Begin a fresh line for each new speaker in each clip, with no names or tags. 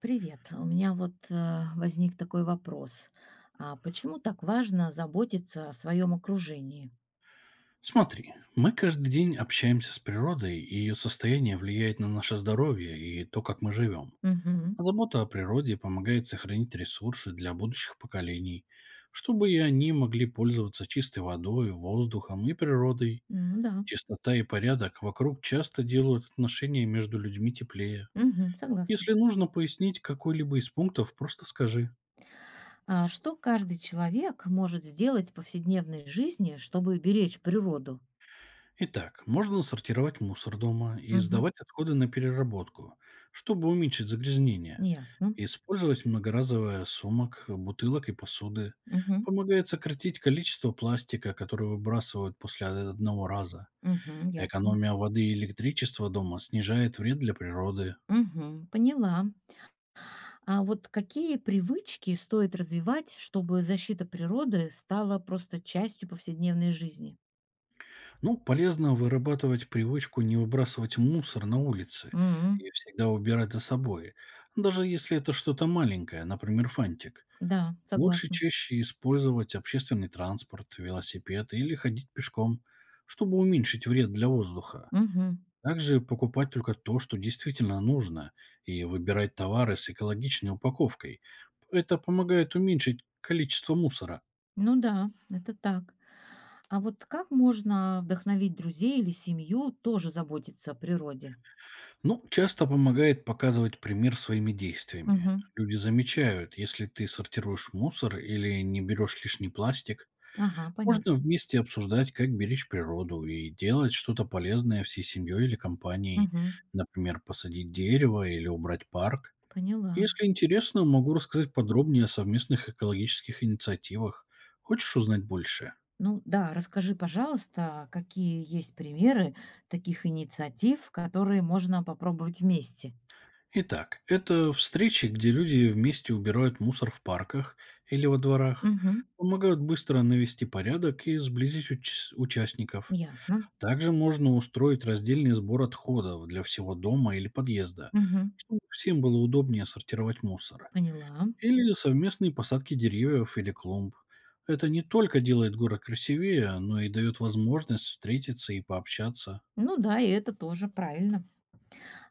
Привет. У меня вот возник такой вопрос. А почему так важно заботиться о своем окружении?
Смотри, мы каждый день общаемся с природой, и ее состояние влияет на наше здоровье и то, как мы живем.
Мгм.
Забота о природе помогает сохранить ресурсы для будущих поколений, чтобы и они могли пользоваться чистой водой, воздухом и природой.
Ну да.
Чистота и порядок вокруг часто делают отношения между людьми теплее.
Мгм. Согласна.
Если нужно пояснить какой-либо из пунктов, просто скажи.
А что каждый человек может сделать в повседневной жизни, чтобы беречь природу?
Итак, можно сортировать мусор дома и
Мгм.
сдавать отходы на переработку, чтобы уменьшить загрязнение.
Ясно.
Использовать многоразовое сумок, бутылок и посуды.
Мгм.
Помогает сократить количество пластика, который выбрасывают после одного раза.
Мгм. Ясно.
Экономия воды и электричества дома снижает вред для природы.
Мгм. Поняла. А вот какие привычки стоит развивать, чтобы защита природы стала просто частью повседневной жизни?
Ну, полезно вырабатывать привычку не выбрасывать мусор на улице
М,
и всегда убирать за собой, даже если это что-то маленькое, например, фантик.
да,
Лучше
согласна.
чаще использовать общественный транспорт, велосипед или ходить пешком, чтобы уменьшить вред для воздуха.
Мгм.
Также покупать только то, что действительно нужно, и выбирать товары с экологичной упаковкой. Это помогает уменьшить количество мусора.
Ну да, это так. А вот как можно вдохновить друзей или семью тоже заботиться о природе?
Ну, часто помогает показывать пример своими действиями.
Мгм.
Люди замечают, если ты сортируешь мусор или не берешь лишний пластик.
Ага,
Можно
понятно.
вместе обсуждать, как беречь природу и делать что-то полезное всей семьей или компанией.
Мгм.
Например, посадить дерево или убрать парк.
Поняла.
Если интересно, могу рассказать подробнее о совместных экологических инициативах. Хочешь узнать больше?
Ну да, расскажи, пожалуйста, какие есть примеры таких инициатив, которые можно попробовать вместе?
Итак, это встречи, где люди вместе убирают мусор в парках или во дворах,
Мгм.
помогают быстро навести порядок и сблизить участников.
Ясно.
Также можно устроить раздельный сбор отходов для всего дома или подъезда,
Мгм.
чтобы всем было удобнее сортировать мусор.
Поняла.
Или совместные посадки деревьев или клумб. Это не только делает город красивее, но и дает возможность встретиться и пообщаться.
Ну да, и это тоже правильно.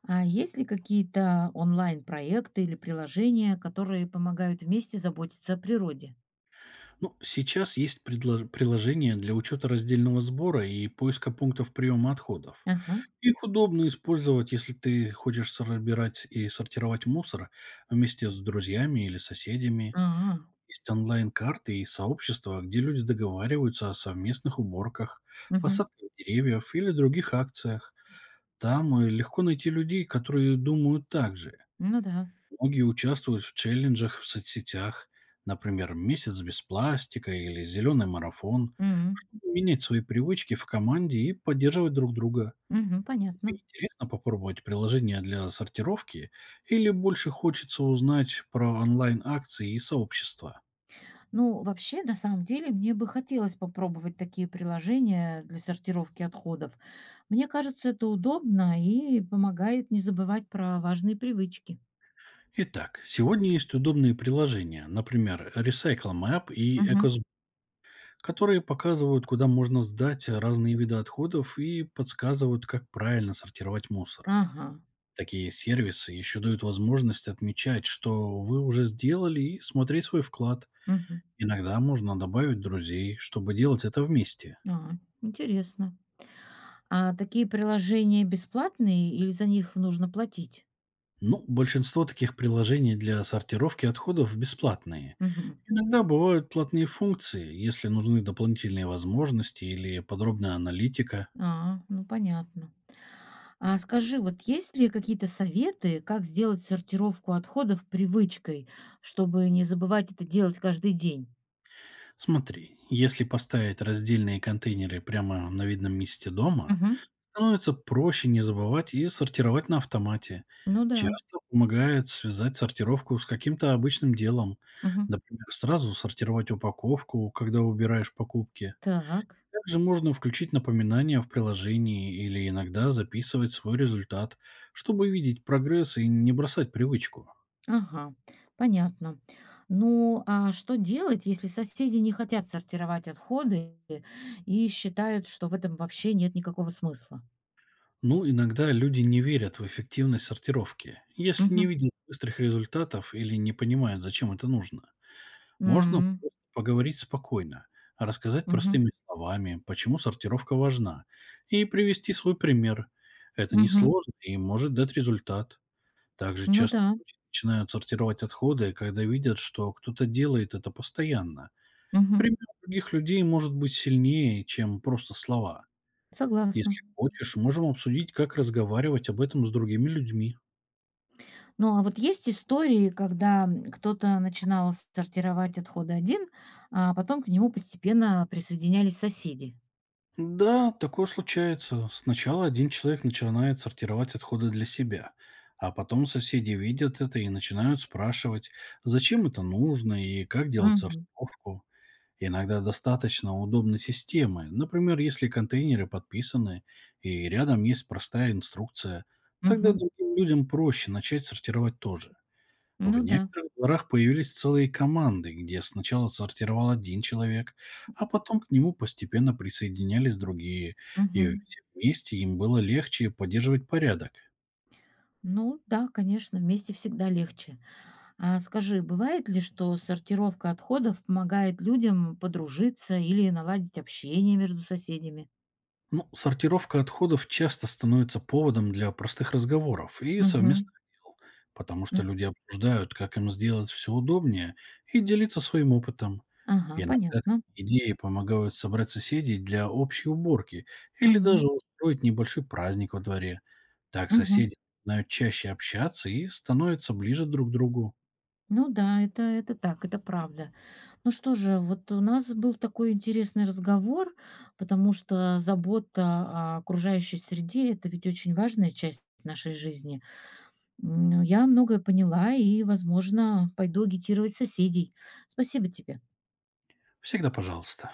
А есть ли какие-то онлайн-проекты или приложения, которые помогают вместе заботиться о природе?
Ну, сейчас есть приложение для учета раздельного сбора и поиска пунктов приема отходов.
Ага.
Их удобно использовать, если ты хочешь собирать и сортировать мусор вместе с друзьями или соседями.
А,
Есть онлайн-карты и сообщества, где люди договариваются о совместных уборках,
мгм.
посадках деревьев или других акциях. Там легко найти людей, которые думают так же.
Ну да.
Многие участвуют в челленджах в соцсетях, например, «Месяц без пластика» или «Зеленый марафон»,
М,
чтобы менять свои привычки в команде и поддерживать друг друга.
мгм, понятно.
Тебе интересно попробовать приложение для сортировки или больше хочется узнать про онлайн-акции и сообщества?
Ну, вообще, на самом деле, мне бы хотелось попробовать такие приложения для сортировки отходов. Мне кажется, это удобно и помогает не забывать про важные привычки.
Итак, сегодня есть удобные приложения, например, Recycle Map и
Мгм.
Ecos, которые показывают, куда можно сдать разные виды отходов и подсказывают, как правильно сортировать мусор.
Ага.
Такие сервисы еще дают возможность отмечать, что вы уже сделали, и смотреть свой вклад.
Мгм.
Иногда можно добавить друзей, чтобы делать это вместе.
А, интересно. А такие приложения бесплатные или за них нужно платить?
Ну, большинство таких приложений для сортировки отходов бесплатные.
Мгм.
Иногда бывают платные функции, если нужны дополнительные возможности или подробная аналитика.
А, ну понятно. А скажи, вот есть ли какие-то советы, как сделать сортировку отходов привычкой, чтобы не забывать это делать каждый день?
Смотри, если поставить раздельные контейнеры прямо на видном месте дома,
Мгм.
становится проще не забывать и сортировать на автомате.
Ну да.
Часто помогает связать сортировку с каким-то обычным делом.
Мгм.
Например, сразу сортировать упаковку, когда убираешь покупки.
Так,
Также можно включить напоминания в приложении или иногда записывать свой результат, чтобы видеть прогресс и не бросать привычку.
ага, понятно. Ну, а что делать, если соседи не хотят сортировать отходы и считают, что в этом вообще нет никакого смысла?
Ну, иногда люди не верят в эффективность сортировки, если не
Мгм.
видят быстрых результатов или не понимают, зачем это нужно. Можно
М,
просто поговорить спокойно, рассказать
мгм.
простыми словами, почему сортировка важна, и привести свой пример. Это
Мгм.
несложно и может дать результат. Также
Ну
часто
да.
люди начинают сортировать отходы, когда видят, что кто-то делает это постоянно.
Мгм.
Пример других людей может быть сильнее, чем просто слова. Если
Согласна.
хочешь, можем обсудить, как разговаривать об этом с другими людьми.
Ну, а вот есть истории, когда, кто-то начинал сортировать отходы один, а потом к нему постепенно присоединялись соседи.
Да, такое случается. Сначала один человек начинает сортировать отходы для себя, а потом соседи видят это и начинают спрашивать, зачем это нужно и как делать
Мгм.
сортировку. Иногда достаточно удобной системы, например, если контейнеры подписаны и рядом есть простая инструкция, тогда
Мгм.
другим людям проще начать сортировать тоже. В
Ну да.
некоторых дворах появились целые команды, где сначала сортировал один человек, а потом к нему постепенно присоединялись другие, и
Мгм.
все вместе им было легче поддерживать порядок.
Ну да, конечно, вместе всегда легче. А скажи, бывает ли, что сортировка отходов помогает людям подружиться или наладить общение между соседями?
Ну, сортировка отходов часто становится поводом для простых разговоров и
Мгм.
совместных дел, потому что
М.
люди обсуждают, как им сделать все удобнее, и делиться своим опытом. И
Ага,
иногда такие
понятно.
идеи помогают собрать соседей для общей уборки или
Мгм.
даже устроить небольшой праздник во дворе. Так
Мгм.
соседи начинают чаще общаться и становятся ближе друг к другу.
Ну да, это так, это правда. Ну что же, вот у нас был такой интересный разговор, потому что забота о окружающей среде– это ведь очень важная часть нашей жизни. Я многое поняла и, возможно, пойду агитировать соседей. Спасибо тебе.
Всегда пожалуйста.